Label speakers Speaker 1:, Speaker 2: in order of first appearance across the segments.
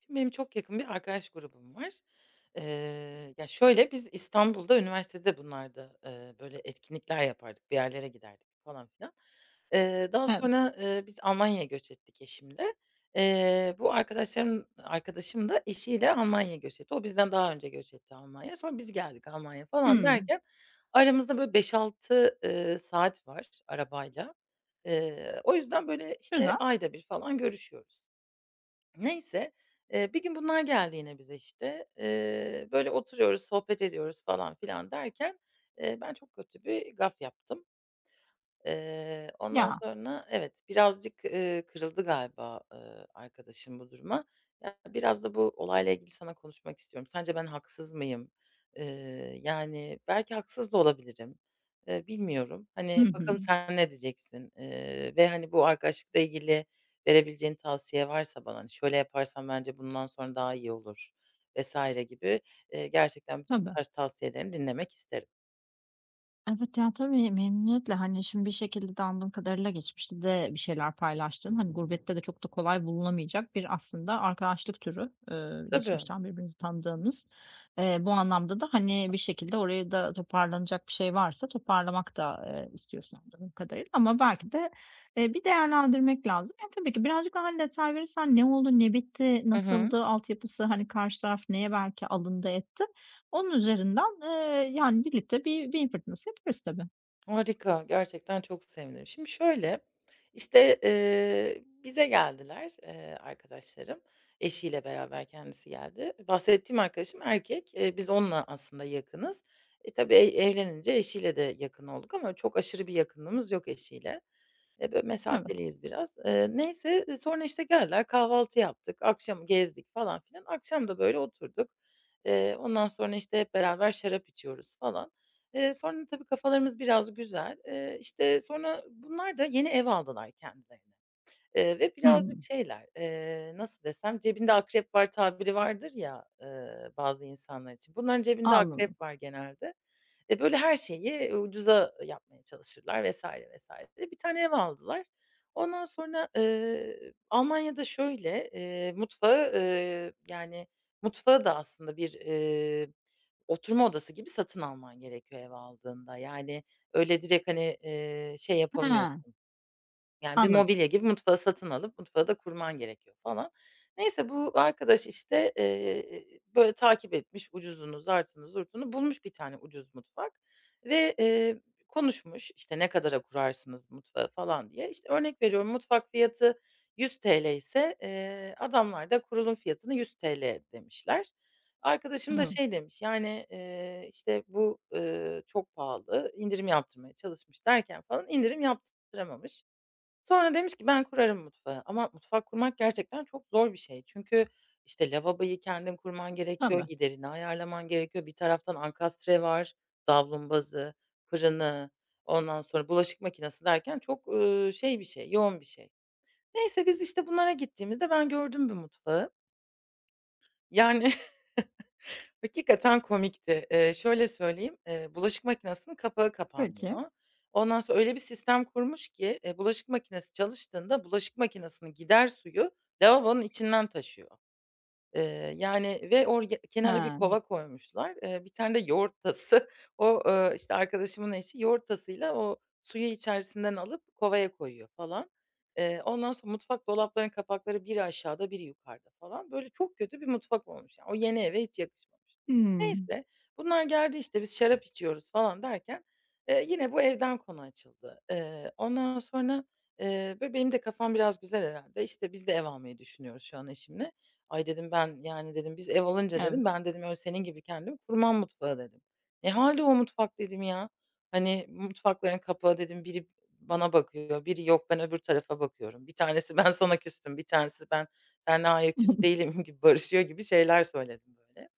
Speaker 1: Şimdi benim çok yakın bir arkadaş grubum var. Ya, şöyle, biz İstanbul'da üniversitede bunlarda, böyle etkinlikler yapardık, bir yerlere giderdik falan filan. Daha
Speaker 2: Evet.
Speaker 1: sonra, biz Almanya'ya göç ettik eşimle. Bu arkadaşım da eşiyle Almanya'ya göç etti. O bizden daha önce göç etti Almanya'ya. Sonra biz geldik Almanya'ya falan
Speaker 2: Hımm.
Speaker 1: derken aramızda böyle beş altı saat var arabayla. O yüzden böyle, işte,
Speaker 2: Güzel.
Speaker 1: ayda bir falan görüşüyoruz. Neyse, bir gün bunlar geldi yine bize, işte. Böyle oturuyoruz, sohbet ediyoruz falan filan derken, ben çok kötü bir gaf yaptım. Ondan
Speaker 2: Ya.
Speaker 1: sonra evet, birazcık, kırıldı galiba, arkadaşım bu duruma. Ya, biraz da bu olayla ilgili sana konuşmak istiyorum. Sence ben haksız mıyım? Yani, belki haksız da olabilirim. Bilmiyorum.
Speaker 2: Hı
Speaker 1: Hani, bakalım
Speaker 2: hı.
Speaker 1: sen ne diyeceksin? Ve, hani, bu arkadaşlıkla ilgili verebileceğin tavsiye varsa bana, hani, "Şöyle yaparsan bence bundan sonra daha iyi olur." vesaire gibi, gerçekten bu
Speaker 2: Tabii.
Speaker 1: tarz tavsiyelerini dinlemek isterim.
Speaker 2: Evet, ya, tabii memnuniyetle. Hani, şimdi bir şekilde de anladığım kadarıyla geçmişte de bir şeyler paylaştın. Hani, gurbette de çok da kolay bulunamayacak bir aslında arkadaşlık türü,
Speaker 1: Tabii.
Speaker 2: geçmişten birbirinizi tanıdığınız. Bu anlamda da, hani, bir şekilde oraya da toparlanacak bir şey varsa toparlamak da, istiyorsun anladığım kadarıyla ama belki de, bir değerlendirmek lazım. E, tabii ki birazcık daha hani detay verirsen ne oldu, ne bitti,
Speaker 1: Hı hı.
Speaker 2: nasıldı, altyapısı, hani, karşı taraf neye belki alındı etti? Onun üzerinden, yani, birlikte bir beyin fırtınası yaparız tabii.
Speaker 1: Harika, gerçekten çok sevinirim. Şimdi şöyle, işte, bize geldiler, arkadaşlarım. Eşiyle beraber kendisi geldi. Bahsettiğim arkadaşım erkek. Biz onunla aslında yakınız. Tabii evlenince eşiyle de yakın olduk ama çok aşırı bir yakınlığımız yok eşiyle. Böyle,
Speaker 2: Evet.
Speaker 1: mesafeliyiz biraz. Neyse, sonra, işte, geldiler, kahvaltı yaptık, akşam gezdik falan filan. Akşam da, böyle, oturduk. Ondan sonra, işte, hep beraber şarap içiyoruz falan. Sonra tabii kafalarımız biraz güzel. İşte, sonra bunlar da yeni ev aldılar kendilerine. Ve birazcık
Speaker 2: Hımm,
Speaker 1: şeyler, nasıl desem, cebinde akrep var tabiri vardır ya, bazı insanlar için. Bunların cebinde
Speaker 2: anladım.
Speaker 1: akrep var genelde. Böyle her şeyi ucuza yapmaya çalışırlar vesaire vesaire. Bir tane ev aldılar. Ondan sonra, Almanya'da şöyle, mutfağı, yani mutfağı da aslında bir, oturma odası gibi satın alman gerekiyor ev aldığında. Yani öyle direkt, hani, şey
Speaker 2: He,
Speaker 1: yapamıyorsun. Yani, bir
Speaker 2: anladım.
Speaker 1: mobilya gibi mutfağı satın alıp mutfağı da kurman gerekiyor falan. Neyse bu arkadaş, işte, böyle, takip etmiş ucuzunu, zartını, zurtunu bulmuş bir tane ucuz mutfak ve, konuşmuş, işte, "Ne kadara kurarsınız mutfağı?" falan diye. İşte, örnek veriyorum, mutfak fiyatı ₺100 ise, adamlar da kurulum fiyatını ₺100 demişler. Arkadaşım da şey
Speaker 2: Evet,
Speaker 1: demiş, yani, işte, "Bu, çok pahalı, indirim yaptırmaya çalışmış." derken falan indirim yaptıramamış. Sonra demiş ki ben kurarım mutfağı ama mutfak kurmak gerçekten çok zor bir şey. Çünkü, işte, lavaboyu kendin kurman gerekiyor,
Speaker 2: tabii.
Speaker 1: giderini ayarlaman gerekiyor. Bir taraftan ankastre var, davlumbazı, fırını, ondan sonra bulaşık makinesi derken çok, şey bir şey, yoğun bir şey. Neyse biz, işte, bunlara gittiğimizde ben gördüm bir mutfağı. Yani, hakikaten komikti. Şöyle söyleyeyim, bulaşık makinesinin kapağı
Speaker 2: Peki.
Speaker 1: kapanmıyor. Ondan sonra öyle bir sistem kurmuş ki, bulaşık makinesi çalıştığında bulaşık makinesinin gider suyu lavabonun içinden taşıyor. Yani ve or kenara bir
Speaker 2: He.
Speaker 1: kova koymuşlar. Bir tane de yoğurt tası. O, işte, arkadaşımın eşi yoğurt tasıyla o suyu içerisinden alıp kovaya koyuyor falan. Ondan sonra mutfak dolaplarının kapakları biri aşağıda biri yukarıda falan. Böyle çok kötü bir mutfak olmuş. Yani o yeni eve hiç yakışmamış.
Speaker 2: Hımm.
Speaker 1: Neyse, bunlar geldi, işte, biz şarap içiyoruz falan derken, yine bu evden konu açıldı. Ondan sonra, böyle benim de kafam biraz güzel herhâlde. İşte, biz de ev almayı düşünüyoruz şu an eşimle. Ay, dedim, ben, yani, dedim, biz ev alınca
Speaker 2: Evet.
Speaker 1: dedim, ben dedim öyle senin gibi kendimi kurmam mutfağa dedim. Ne halde o mutfak dedim ya. Hani, mutfakların kapağı dedim biri bana bakıyor, biri yok ben öbür tarafa bakıyorum. Bir tanesi ben sana küstüm, bir tanesi ben seninle hayır küs değilim gibi barışıyor gibi şeyler söyledim böyle.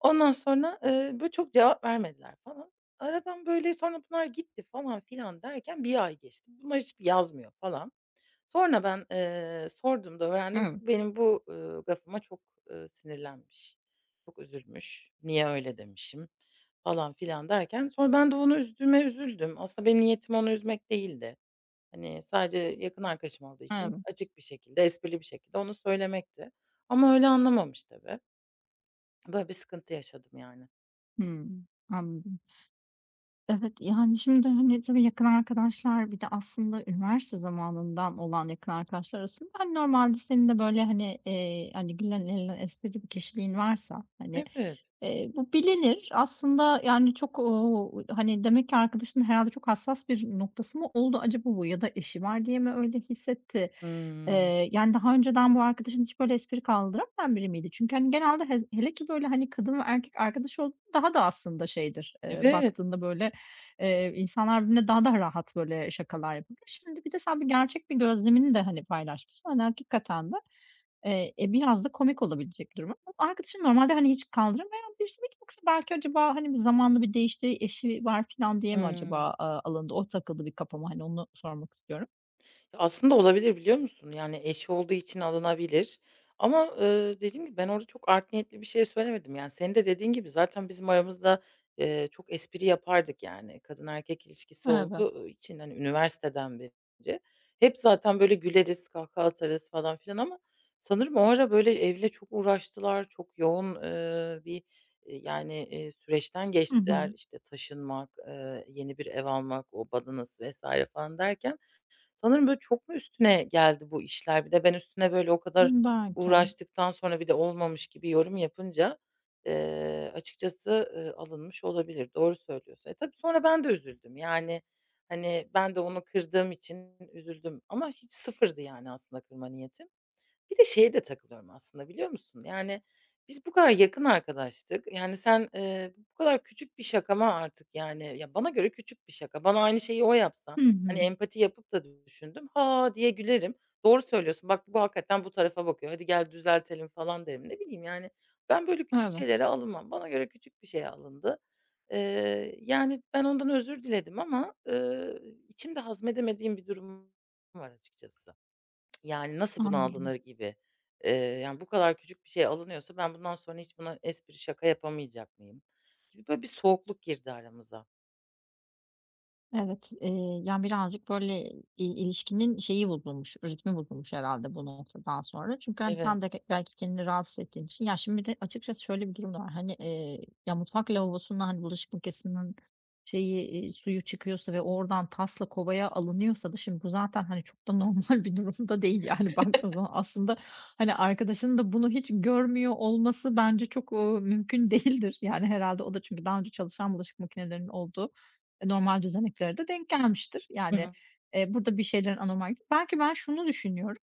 Speaker 1: Ondan sonra, böyle çok cevap vermediler falan. Aradan böyle sonra bunlar gitti falan filan derken bir ay geçti. Bunlar hiçbir yazmıyor falan. Sonra ben, sorduğumda öğrendim ki
Speaker 2: Evet.
Speaker 1: benim bu, gafıma çok, sinirlenmiş, çok üzülmüş, "Niye öyle demişim?" falan filan derken sonra ben de onu üzdüğüme üzüldüm. Aslında benim niyetim onu üzmek değildi. Hani, sadece yakın arkadaşım olduğu için
Speaker 2: Evet.
Speaker 1: açık bir şekilde, esprili bir şekilde onu söylemekti. Ama öyle anlamamış tabii. Böyle bir sıkıntı yaşadım yani.
Speaker 2: Hımm, anladım. Evet, yani, şimdi, hani, tabii yakın arkadaşlar bir de aslında üniversite zamanından olan yakın arkadaşlar arasında, hani, normalde senin de böyle, hani, hani, gülen eğlenen esprili bir kişiliğin varsa, hani,
Speaker 1: Evet.
Speaker 2: bu bilinir. Aslında, yani, çok, ooo, hani, demek ki arkadaşının herhalde çok hassas bir noktası mı oldu acaba bu ya da eşi var diye mi öyle hissetti?
Speaker 1: Hımm.
Speaker 2: Yani, daha önceden bu arkadaşın hiç böyle espri kaldıramayan biri miydi? Çünkü, hani, genelde hez hele ki böyle, hani, kadın ve erkek arkadaş olduğunda daha da aslında şeydir,
Speaker 1: Evet.
Speaker 2: baktığında böyle. İnsanlar birbirine daha da rahat böyle şakalar yapabilir. Şimdi bir de sen bir gerçek bir gözlemini de, hani, paylaşmışsın. Hani, hakikaten de, e, biraz da komik olabilecek durum. Bu arkadaşın normalde, hani, hiç kaldıramayan birisi miydi yoksa belki acaba, hani, bir zamanla bir değişti, eşi var filan diye mi
Speaker 1: Hıı.
Speaker 2: acaba, aaa, alındı? O takıldı bir kafama, hani, onu sormak istiyorum.
Speaker 1: Aslında olabilir, biliyor musun? Yani eşi olduğu için alınabilir ama, dediğim gibi ben orada çok art niyetli bir şey söylemedim. Yani senin de dediğin gibi zaten bizim aramızda, çok espri yapardık yani. Kadın erkek ilişkisi
Speaker 2: Evet.
Speaker 1: olduğu için, hani, üniversiteden beri hep zaten böyle güleriz, kahkaha atarız falan filan ama sanırım o ara böyle evle çok uğraştılar. Çok yoğun, bir, yani, süreçten
Speaker 2: Hı hı.
Speaker 1: geçtiler. İşte taşınmak, yeni bir ev almak, o badanası vs. falan derken. Sanırım böyle çok mu üstüne geldi bu işler? Bir de ben üstüne böyle o kadar
Speaker 2: Belki.
Speaker 1: uğraştıktan sonra bir de olmamış gibi yorum yapınca, açıkçası, alınmış olabilir. Doğru söylüyorsun. Tabii sonra ben de üzüldüm. Yani, hani, ben de onu kırdığım için üzüldüm ama hiç sıfırdı yani aslında kırma niyetim. Bir de şeye de takılıyorum aslında biliyor musun? Yani, biz bu kadar yakın arkadaştık. Yani, sen, bu kadar küçük bir şakama artık, yani, ya, bana göre küçük bir şaka. Bana aynı şeyi o yapsa,
Speaker 2: Hı
Speaker 1: hani,
Speaker 2: hı.
Speaker 1: empati yapıp da düşündüm, "Ha!" diye gülerim. "Doğru söylüyorsun, bak bu hakikaten bu tarafa bakıyor, hadi gel düzeltelim." falan derim. Ne bileyim, yani, ben böyle küçük şeylere
Speaker 2: Evet,
Speaker 1: alınmam. Bana göre küçük bir şeye alındı. Yani, ben ondan özür diledim ama, içimde hazmedemediğim bir durum var açıkçası. Yani, nasıl buna
Speaker 2: anladım.
Speaker 1: alınır gibi. Yani, bu kadar küçük bir şey alınıyorsa ben bundan sonra hiç buna espri şaka yapamayacak mıyım gibi böyle bir soğukluk girdi aramıza.
Speaker 2: Evet, yani, birazcık, böyle, i ilişkinin şeyi bozulmuş, ritmi bozulmuş herhalde bu noktadan sonra. Çünkü, hani,
Speaker 1: Evet.
Speaker 2: sen de belki kendini rahatsız ettiğin için. Ya, şimdi bir de açıkçası şöyle bir durum da var. Hani, ya, mutfak lavabosunda, hani, bulaşık makinesinin şeyi, iii, suyu çıkıyorsa ve oradan tasla kovaya alınıyorsa da şimdi bu zaten, hani, çok da normal bir durumda değil, yani, baktığın zaman. Aslında, hani, arkadaşının da bunu hiç görmüyor olması bence çok, mümkün değildir. Yani, herhalde o da çünkü daha önce çalışan bulaşık makinelerinin olduğu e, normal düzeneklere de denk gelmiştir.
Speaker 1: Hı
Speaker 2: Yani,
Speaker 1: hı.
Speaker 2: burada bir şeylerin anormal. Belki ben şunu düşünüyorum,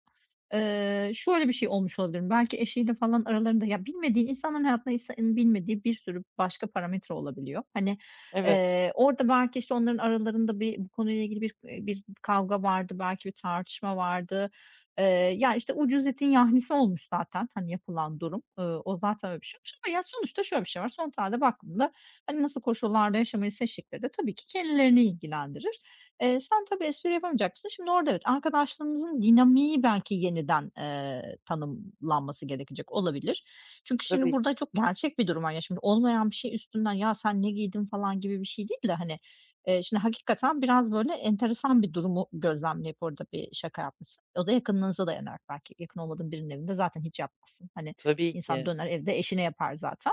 Speaker 2: şöyle bir şey olmuş olabilir. Belki eşiyle falan aralarında ya, bilmediği insanın hayatında insanın bilmediği bir sürü başka parametre olabiliyor. Hani,
Speaker 1: Evet.
Speaker 2: orada belki, işte, onların aralarında bir bu konuyla ilgili bir, e, bir kavga vardı, belki bir tartışma vardı. Eee, Ya, işte, ucuz etin yahnisi olmuş zaten, hani, yapılan durum. O zaten öyle bir şey olmuş ama ya, sonuçta şöyle bir şey var: son tarihte baktığında hani, nasıl koşullarda yaşamayı seçtikleri de tabii ki kendilerini ilgilendirir. Sen tabii espri yapamayacaksın. Şimdi orada evet, arkadaşlığınızın dinamiği belki yeniden, tanımlanması gerekecek olabilir. Çünkü şimdi
Speaker 1: Tabii ki.
Speaker 2: burada çok gerçek bir durum var. Ya, şimdi olmayan bir şey üstünden, "Ya, sen ne giydin?" falan gibi bir şey değil de, hani, şimdi hakikaten biraz böyle enteresan bir durumu gözlemleyip orada bir şaka yapmışsın. O da yakınlığınıza dayanarak belki. Yakın olmadığın birinin evinde zaten hiç yapmazsın. Hani,
Speaker 1: Tabii
Speaker 2: insan
Speaker 1: ki.
Speaker 2: döner evde eşine yapar zaten.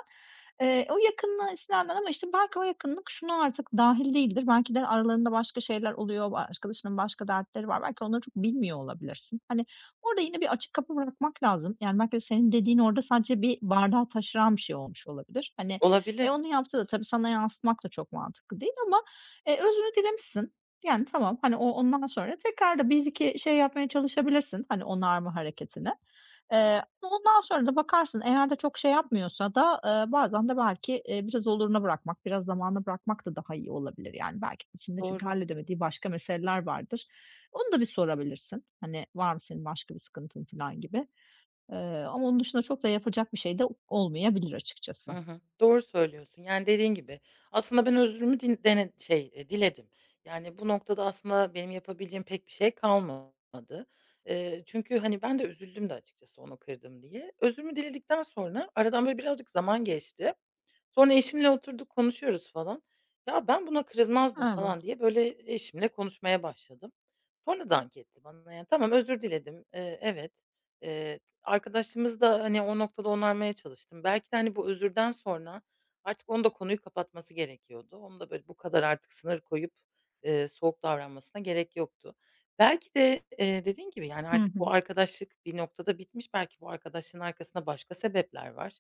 Speaker 2: O yakınlığa istinaden ama, işte, belki o yakınlık şuna artık dâhil değildir. Belki de aralarında başka şeyler oluyor, arkadaşının başka dertleri var. Belki onları çok bilmiyor olabilirsin. Hani, orada yine bir açık kapı bırakmak lazım. Yani, belki de senin dediğin orada sadece bir bardağı taşıran bir şey olmuş olabilir. Hani, e,
Speaker 1: Olabilir.
Speaker 2: onu yaptı da tabii sana yansıtmak da çok mantıklı değil ama, özrünü dilemişsin. Yani, tamam, hani, o ondan sonra tekrar da 1 iki şey yapmaya çalışabilirsin, hani, onarma hareketini. Ondan sonra da bakarsın eğer de çok şey yapmıyorsa da, bazen de belki, biraz oluruna bırakmak, biraz zamana bırakmak da daha iyi olabilir. Yani belki içinde çünkü
Speaker 1: Doğru.
Speaker 2: halledemediği başka meseleler vardır. Onu da bir sorabilirsin. Hani, var mı senin başka bir sıkıntın filan gibi. Eee, Ama onun dışında çok da yapacak bir şey de olmayabilir açıkçası.
Speaker 1: Hı hı. Doğru söylüyorsun. Yani, dediğin gibi aslında ben özrümü din dene şey, diledim. Yani, bu noktada aslında benim yapabileceğim pek bir şey kalmadı. Çünkü, hani, ben de üzüldüm de açıkçası onu kırdım diye. Özrümü diledikten sonra aradan böyle birazcık zaman geçti. Sonra eşimle oturduk konuşuyoruz falan. "Ya, ben buna kırılmazdım." falan
Speaker 2: Evet.
Speaker 1: diye böyle eşimle konuşmaya başladım. Sonra dank etti bana. Yani, tamam, özür diledim. Evet. Eee, t hani, o noktada onarmaya çalıştım. Belki de, hani, bu özürden sonra artık onun da konuyu kapatması gerekiyordu. Onun da böyle bu kadar artık sınır koyup, soğuk davranmasına gerek yoktu. Belki de, dediğin gibi, yani,
Speaker 2: Hı
Speaker 1: artık bu
Speaker 2: hı.
Speaker 1: arkadaşlık bir noktada bitmiş. Belki bu arkadaşlığın arkasında başka sebepler var.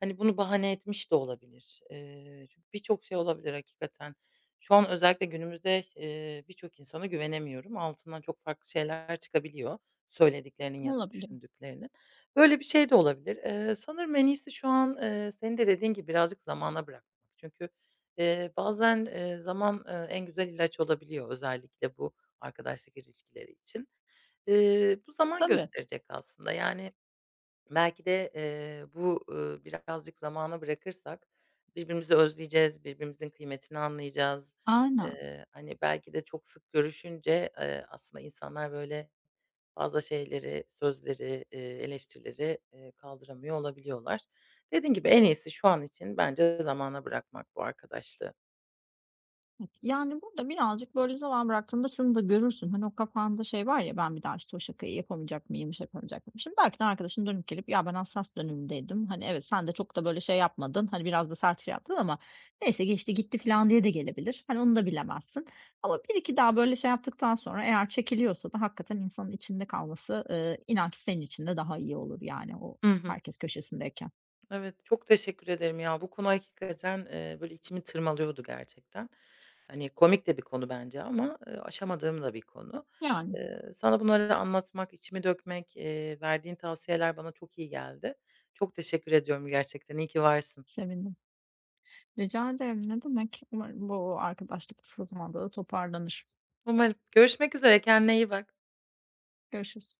Speaker 1: Hani, bunu bahane etmiş de olabilir. Çünkü birçok şey olabilir hakikaten. Şu an özellikle günümüzde, birçok insana güvenemiyorum. Altından çok farklı şeyler çıkabiliyor söylediklerinin ya da
Speaker 2: Olabiliyor.
Speaker 1: düşündüklerinin. Böyle bir şey de olabilir. Sanırım en iyisi şu an, senin de dediğin gibi birazcık zamana bırakmak. Çünkü, bazen, zaman, en güzel ilaç olabiliyor özellikle bu arkadaşlık ilişkileri için. Bu zaman
Speaker 2: Tabii.
Speaker 1: gösterecek aslında. Yani, belki de, bu, birazcık zamana bırakırsak birbirimizi özleyeceğiz, birbirimizin kıymetini anlayacağız.
Speaker 2: Aynen.
Speaker 1: Hani, belki de çok sık görüşünce, aslında insanlar böyle fazla şeyleri, sözleri, eleştirileri, kaldıramıyor olabiliyorlar. Dediğim gibi en iyisi şu an için bence zamana bırakmak bu arkadaşlığı.
Speaker 2: Yani, burada birazcık, böyle, zaman bıraktığında şunu da görürsün. Hani, o kafanda şey var ya, "Ben bir daha, işte, o şakayı yapamayacak mıyım, şey yapamayacak mıyım?" Şimdi belki de arkadaşın dönüp gelip, "Ya, ben hassas dönemimdeydim. Hani, evet, sen de çok da, böyle, şey yapmadın. Hani, biraz da sert şey yaptın ama neyse geçti gitti." falan diye de gelebilir. Hani, onu da bilemezsin. Ama 1-2 daha, böyle, şey yaptıktan sonra eğer çekiliyorsa da hakikaten insanın içinde kalması, inan ki senin için de daha iyi olur, yani, o
Speaker 1: Hı hı.
Speaker 2: herkes köşesindeyken.
Speaker 1: Evet, çok teşekkür ederim ya. Bu konu hakikaten, böyle içimi tırmalıyordu gerçekten. Hani, komik de bir konu bence ama, aşamadığım da bir konu.
Speaker 2: Yani,
Speaker 1: Sana bunları anlatmak, içimi dökmek, verdiğin tavsiyeler bana çok iyi geldi. Çok teşekkür ediyorum gerçekten. İyi ki varsın.
Speaker 2: sevindim. Rica ederim, ne demek. Umarım bu arkadaşlık sızmadığı toparlanır.
Speaker 1: Umarım. Görüşmek üzere, kendine iyi bak.
Speaker 2: Görüşürüz.